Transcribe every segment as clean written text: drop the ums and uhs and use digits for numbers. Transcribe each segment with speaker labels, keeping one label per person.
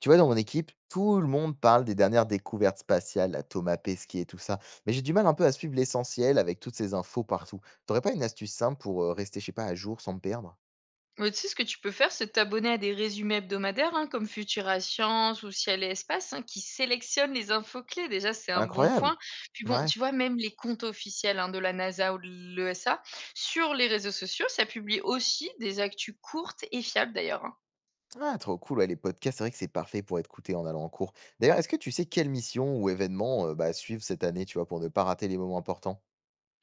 Speaker 1: Tu vois, dans mon équipe, tout le monde parle des dernières découvertes spatiales, la Thomas Pesquet et tout ça. Mais j'ai du mal un peu à suivre l'essentiel avec toutes ces infos partout. T'aurais pas une astuce simple pour rester, je sais pas, à jour sans me perdre?
Speaker 2: Ouais, tu sais, ce que tu peux faire, c'est t'abonner à des résumés hebdomadaires, hein, comme Futura Science ou Ciel et Espace, hein, qui sélectionnent les infos clés. Déjà, c'est un bon
Speaker 1: Incroyable.
Speaker 2: point. Puis bon,
Speaker 1: Ouais.
Speaker 2: tu vois, même les comptes officiels, hein, de la NASA ou de l'ESA sur les réseaux sociaux, ça publie aussi des actus courtes et fiables d'ailleurs, hein.
Speaker 1: Ah, trop cool, ouais, les podcasts, c'est vrai que c'est parfait pour être écouté en allant en cours. D'ailleurs, est-ce que tu sais quelle mission ou événement suivre cette année, tu vois, pour ne pas rater les moments importants?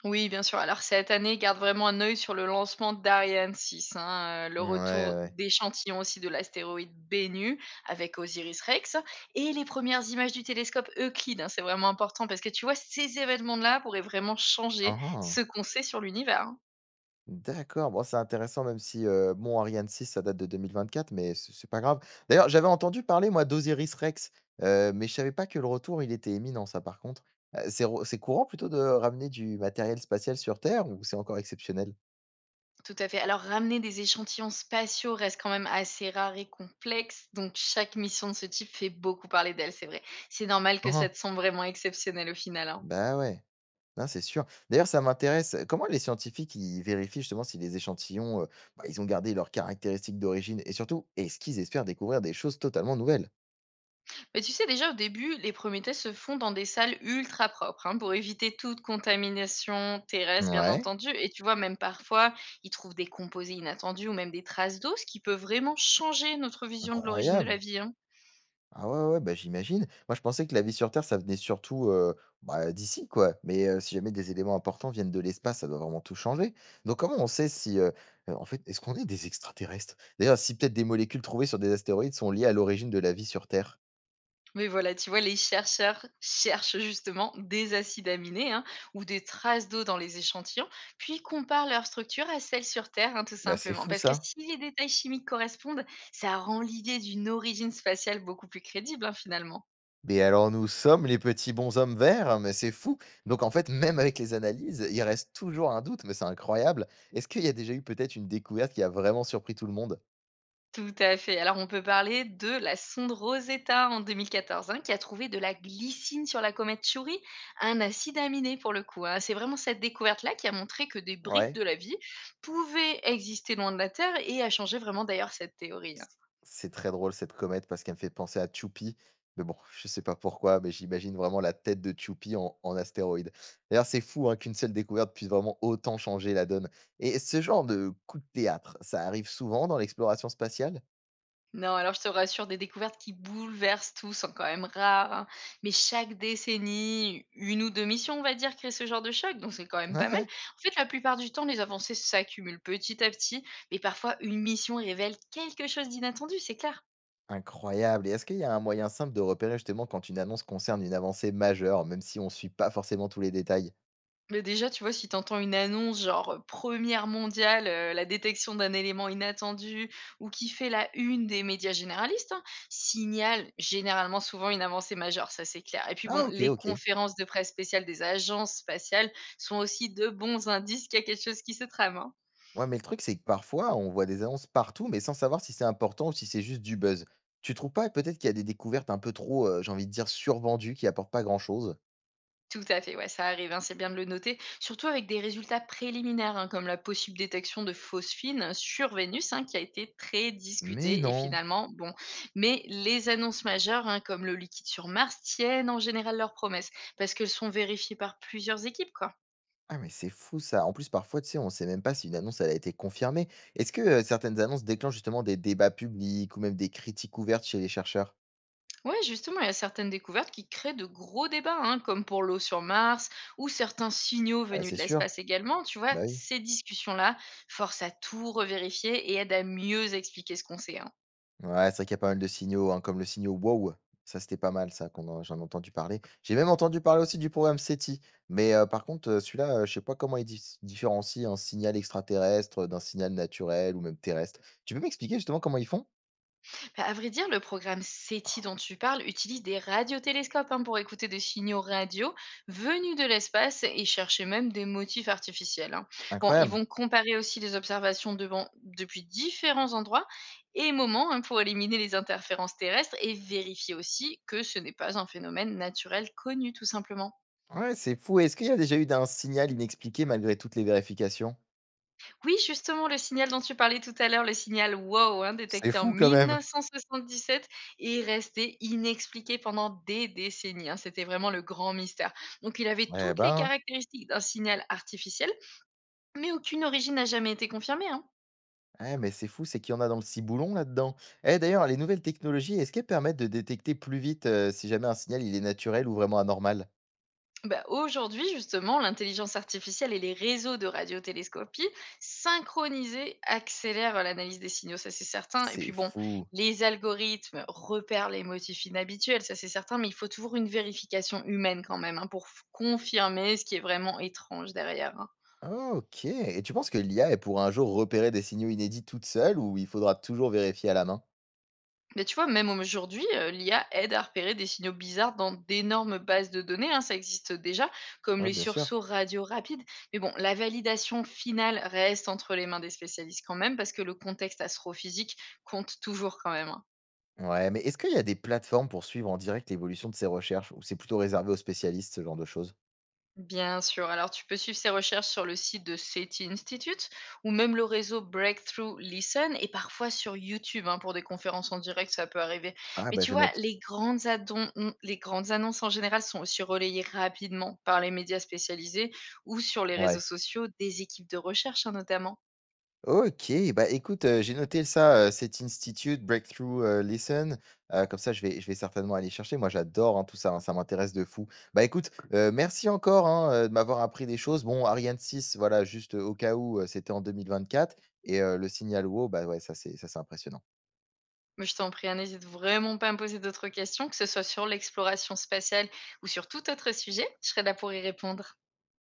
Speaker 2: Oui, bien sûr. Alors cette année, garde vraiment un œil sur le lancement d'Ariane 6, hein, le
Speaker 1: Ouais, ouais,
Speaker 2: retour
Speaker 1: ouais.
Speaker 2: d'échantillons aussi de l'astéroïde Bennu avec Osiris Rex et les premières images du télescope Euclide, hein. C'est vraiment important parce que tu vois, ces événements-là pourraient vraiment
Speaker 1: Ah,
Speaker 2: changer
Speaker 1: ah.
Speaker 2: ce qu'on sait sur l'univers, hein.
Speaker 1: D'accord, bon c'est intéressant même si, bon Ariane 6, ça date de 2024 mais c'est pas grave. D'ailleurs j'avais entendu parler moi d'Osiris Rex, mais je savais pas que le retour il était éminent. Ça par contre. C'est re c'est courant plutôt de ramener du matériel spatial sur Terre ou c'est encore exceptionnel?
Speaker 2: Tout à fait. Alors ramener des échantillons spatiaux reste quand même assez rare et complexe, donc chaque mission de ce type fait beaucoup parler d'elle, c'est vrai. C'est normal que ça
Speaker 1: Mmh.
Speaker 2: te semble vraiment exceptionnel au final, hein.
Speaker 1: Bah ouais, non c'est sûr. D'ailleurs ça m'intéresse, comment les scientifiques ils vérifient justement si les échantillons, ils ont gardé leurs caractéristiques d'origine et surtout, est-ce qu'ils espèrent découvrir des choses totalement nouvelles?
Speaker 2: Mais tu sais, déjà au début, les premiers tests se font dans des salles ultra propres, hein, pour éviter toute contamination terrestre, bien
Speaker 1: Ouais.
Speaker 2: entendu. Et tu vois, même parfois, ils trouvent des composés inattendus ou même des traces d'eau, ce qui peut vraiment changer notre vision de l'origine de la
Speaker 1: Incroyable!
Speaker 2: vie, hein.
Speaker 1: Ah ouais, ouais, bah, j'imagine. Moi, je pensais que la vie sur Terre, ça venait surtout d'ici, quoi. Mais si jamais des éléments importants viennent de l'espace, ça doit vraiment tout changer. Donc, comment on sait si, en fait, est-ce qu'on est des extraterrestres? D'ailleurs, si peut-être des molécules trouvées sur des astéroïdes sont liées à l'origine de la vie sur Terre.
Speaker 2: Mais voilà, tu vois, les chercheurs cherchent justement des acides aminés, hein, ou des traces d'eau dans les échantillons, puis comparent leur structure à celle sur Terre, hein, tout
Speaker 1: Bah, c'est
Speaker 2: simplement.
Speaker 1: fou,
Speaker 2: Parce que
Speaker 1: ça.
Speaker 2: si les détails chimiques correspondent, ça rend l'idée d'une origine spatiale beaucoup plus crédible, hein, finalement.
Speaker 1: Mais alors, nous sommes les petits bonshommes verts, hein, mais c'est fou. Donc, en fait, même avec les analyses, il reste toujours un doute, mais c'est incroyable. Est-ce qu'il y a déjà eu peut-être une découverte qui a vraiment surpris tout le monde?
Speaker 2: Tout à fait. Alors, on peut parler de la sonde Rosetta en 2014, hein, qui a trouvé de la glycine sur la comète Chury, un acide aminé pour le coup, hein. C'est vraiment cette découverte-là qui a montré que des briques
Speaker 1: Ouais.
Speaker 2: de la vie pouvaient exister loin de la Terre et a changé vraiment d'ailleurs cette théorie, hein.
Speaker 1: C'est très drôle cette comète parce qu'elle me fait penser à Tchoupi, mais bon, je sais pas pourquoi, mais j'imagine vraiment la tête de Tchoupi en, en astéroïde. D'ailleurs, c'est fou hein, qu'une seule découverte puisse vraiment autant changer la donne. Et ce genre de coup de théâtre, ça arrive souvent dans l'exploration spatiale?
Speaker 2: Non, alors je te rassure, des découvertes qui bouleversent tout sont quand même rares, hein. Mais chaque décennie, une ou deux missions, on va dire, créent ce genre de choc, donc c'est quand même
Speaker 1: Ouais,
Speaker 2: pas mal.
Speaker 1: ouais.
Speaker 2: En fait, la plupart du temps, les avancées s'accumulent petit à petit, mais parfois une mission révèle quelque chose d'inattendu, c'est clair.
Speaker 1: Incroyable. Et est-ce qu'il y a un moyen simple de repérer justement quand une annonce concerne une avancée majeure, même si on ne suit pas forcément tous les détails?
Speaker 2: Mais déjà, tu vois, si t'entends une annonce genre, 1 mondiale, la détection d'un élément inattendu ou qui fait la une des médias généralistes, hein, signale généralement souvent une avancée majeure, ça c'est clair. Et puis
Speaker 1: Ah
Speaker 2: bon,
Speaker 1: ok,
Speaker 2: les
Speaker 1: ok.
Speaker 2: conférences de presse spéciales des agences spatiales sont aussi de bons indices qu'il y a quelque chose qui se trame, hein.
Speaker 1: Ouais, mais le truc, c'est que parfois, on voit des annonces partout, mais sans savoir si c'est important ou si c'est juste du buzz. Tu trouves pas peut-être qu'il y a des découvertes un peu trop, j'ai envie de dire, survendues qui apportent pas grand-chose?
Speaker 2: Tout à fait, ouais, ça arrive, hein, c'est bien de le noter. Surtout avec des résultats préliminaires, hein, comme la possible détection de phosphine sur Vénus, hein, qui a été très
Speaker 1: Mais
Speaker 2: discutée et
Speaker 1: non!
Speaker 2: finalement, bon. Mais les annonces majeures, hein, comme le liquide sur Mars, tiennent en général leurs promesses, parce qu'elles sont vérifiées par plusieurs équipes, quoi.
Speaker 1: Ah, mais c'est fou ça. En plus, parfois, tu sais, on sait même pas si une annonce, elle a été confirmée. Est-ce que certaines annonces déclenchent justement des débats publics ou même des critiques ouvertes chez les chercheurs?
Speaker 2: Ouais, justement, il y a certaines découvertes qui créent de gros débats, hein, comme pour l'eau sur Mars, ou certains signaux
Speaker 1: Bah,
Speaker 2: venus
Speaker 1: c'est
Speaker 2: de
Speaker 1: sûr.
Speaker 2: l'espace également, tu vois.
Speaker 1: Bah oui.
Speaker 2: Ces discussions-là forcent à tout revérifier et aident à mieux expliquer ce qu'on sait, hein.
Speaker 1: Ouais, c'est vrai qu'il y a pas mal de signaux, hein, comme le signal WOW. Ça, c'était pas mal, ça, qu'on en j'en ai entendu parler. J'ai même entendu parler aussi du programme SETI. Mais par contre, celui-là, je sais pas comment il différencie un signal extraterrestre, d'un signal naturel ou même terrestre. Tu peux m'expliquer justement comment ils font?
Speaker 2: Bah, à vrai dire, le programme SETI dont tu parles utilise des radiotélescopes, hein, pour écouter des signaux radio venus de l'espace et chercher même des motifs artificiels, hein. Bon, ils
Speaker 1: Incroyable.
Speaker 2: vont comparer aussi les observations depuis différents endroits et moments, hein, pour éliminer les interférences terrestres et vérifier aussi que ce n'est pas un phénomène naturel connu tout simplement.
Speaker 1: Ouais, c'est fou. Est-ce qu'il y a déjà eu d'un signal inexpliqué malgré toutes les vérifications?
Speaker 2: Oui, justement, le signal dont tu parlais tout à l'heure, le signal WOW, hein,
Speaker 1: C'est
Speaker 2: détecté en
Speaker 1: fou quand même.
Speaker 2: 1977 et resté inexpliqué pendant des décennies, hein. C'était vraiment le grand mystère. Donc, il avait
Speaker 1: Eh
Speaker 2: toutes les
Speaker 1: ben,
Speaker 2: caractéristiques d'un signal artificiel, mais aucune origine n'a jamais été confirmée, hein.
Speaker 1: ouais mais c'est fou, c'est qu'il y en a dans le ciboulon là-dedans. Eh d'ailleurs, les nouvelles technologies, est-ce qu'elles permettent de détecter plus vite, si jamais un signal il est naturel ou vraiment anormal?
Speaker 2: Bah, aujourd'hui, justement, l'intelligence artificielle et les réseaux de radiotélescopie synchronisés accélèrent l'analyse des signaux, ça c'est certain. Et puis
Speaker 1: C'est
Speaker 2: bon,
Speaker 1: fou.
Speaker 2: les algorithmes repèrent les motifs inhabituels, ça c'est certain, mais il faut toujours une vérification humaine quand même, hein, pour confirmer ce qui est vraiment étrange derrière, hein.
Speaker 1: Ah, OK, et tu penses que l'IA, elle pourra un jour repérer des signaux inédits toute seule ou il faudra toujours vérifier à la main?
Speaker 2: Mais tu vois, même aujourd'hui, l'IA aide à repérer des signaux bizarres dans d'énormes bases de données, hein, ça existe déjà, comme
Speaker 1: Ouais,
Speaker 2: les
Speaker 1: bien sûr.
Speaker 2: sursauts radio rapides. Mais bon, la validation finale reste entre les mains des spécialistes quand même, parce que le contexte astrophysique compte toujours quand même, hein.
Speaker 1: Ouais, mais est-ce qu'il y a des plateformes pour suivre en direct l'évolution de ces recherches ou c'est plutôt réservé aux spécialistes, ce genre de choses?
Speaker 2: Bien sûr. Alors, tu peux suivre ses recherches sur le site de SETI Institute ou même le réseau Breakthrough Listen et parfois sur YouTube, hein, pour des conférences en direct, ça peut arriver.
Speaker 1: Ah,
Speaker 2: Mais
Speaker 1: bah,
Speaker 2: tu
Speaker 1: je
Speaker 2: vois,
Speaker 1: note.
Speaker 2: les grandes annonces en général sont aussi relayées rapidement par les médias spécialisés ou sur les réseaux
Speaker 1: Ouais.
Speaker 2: sociaux des équipes de recherche, hein, notamment.
Speaker 1: OK, bah, écoute, j'ai noté ça, cet institute breakthrough, listen, comme ça je vais certainement aller chercher. Moi j'adore, hein, tout ça, hein, ça m'intéresse de fou. Bah, écoute, merci encore, hein, de m'avoir appris des choses. Bon, Ariane six, voilà, juste, au cas où, c'était en 2024 et le signal Wow, bah, ouais, ça c'est impressionnant.
Speaker 2: Mais je t'en prie, hein, n'hésite vraiment pas à me poser d'autres questions, que ce soit sur l'exploration spatiale ou sur tout autre sujet. Je serai là pour y répondre.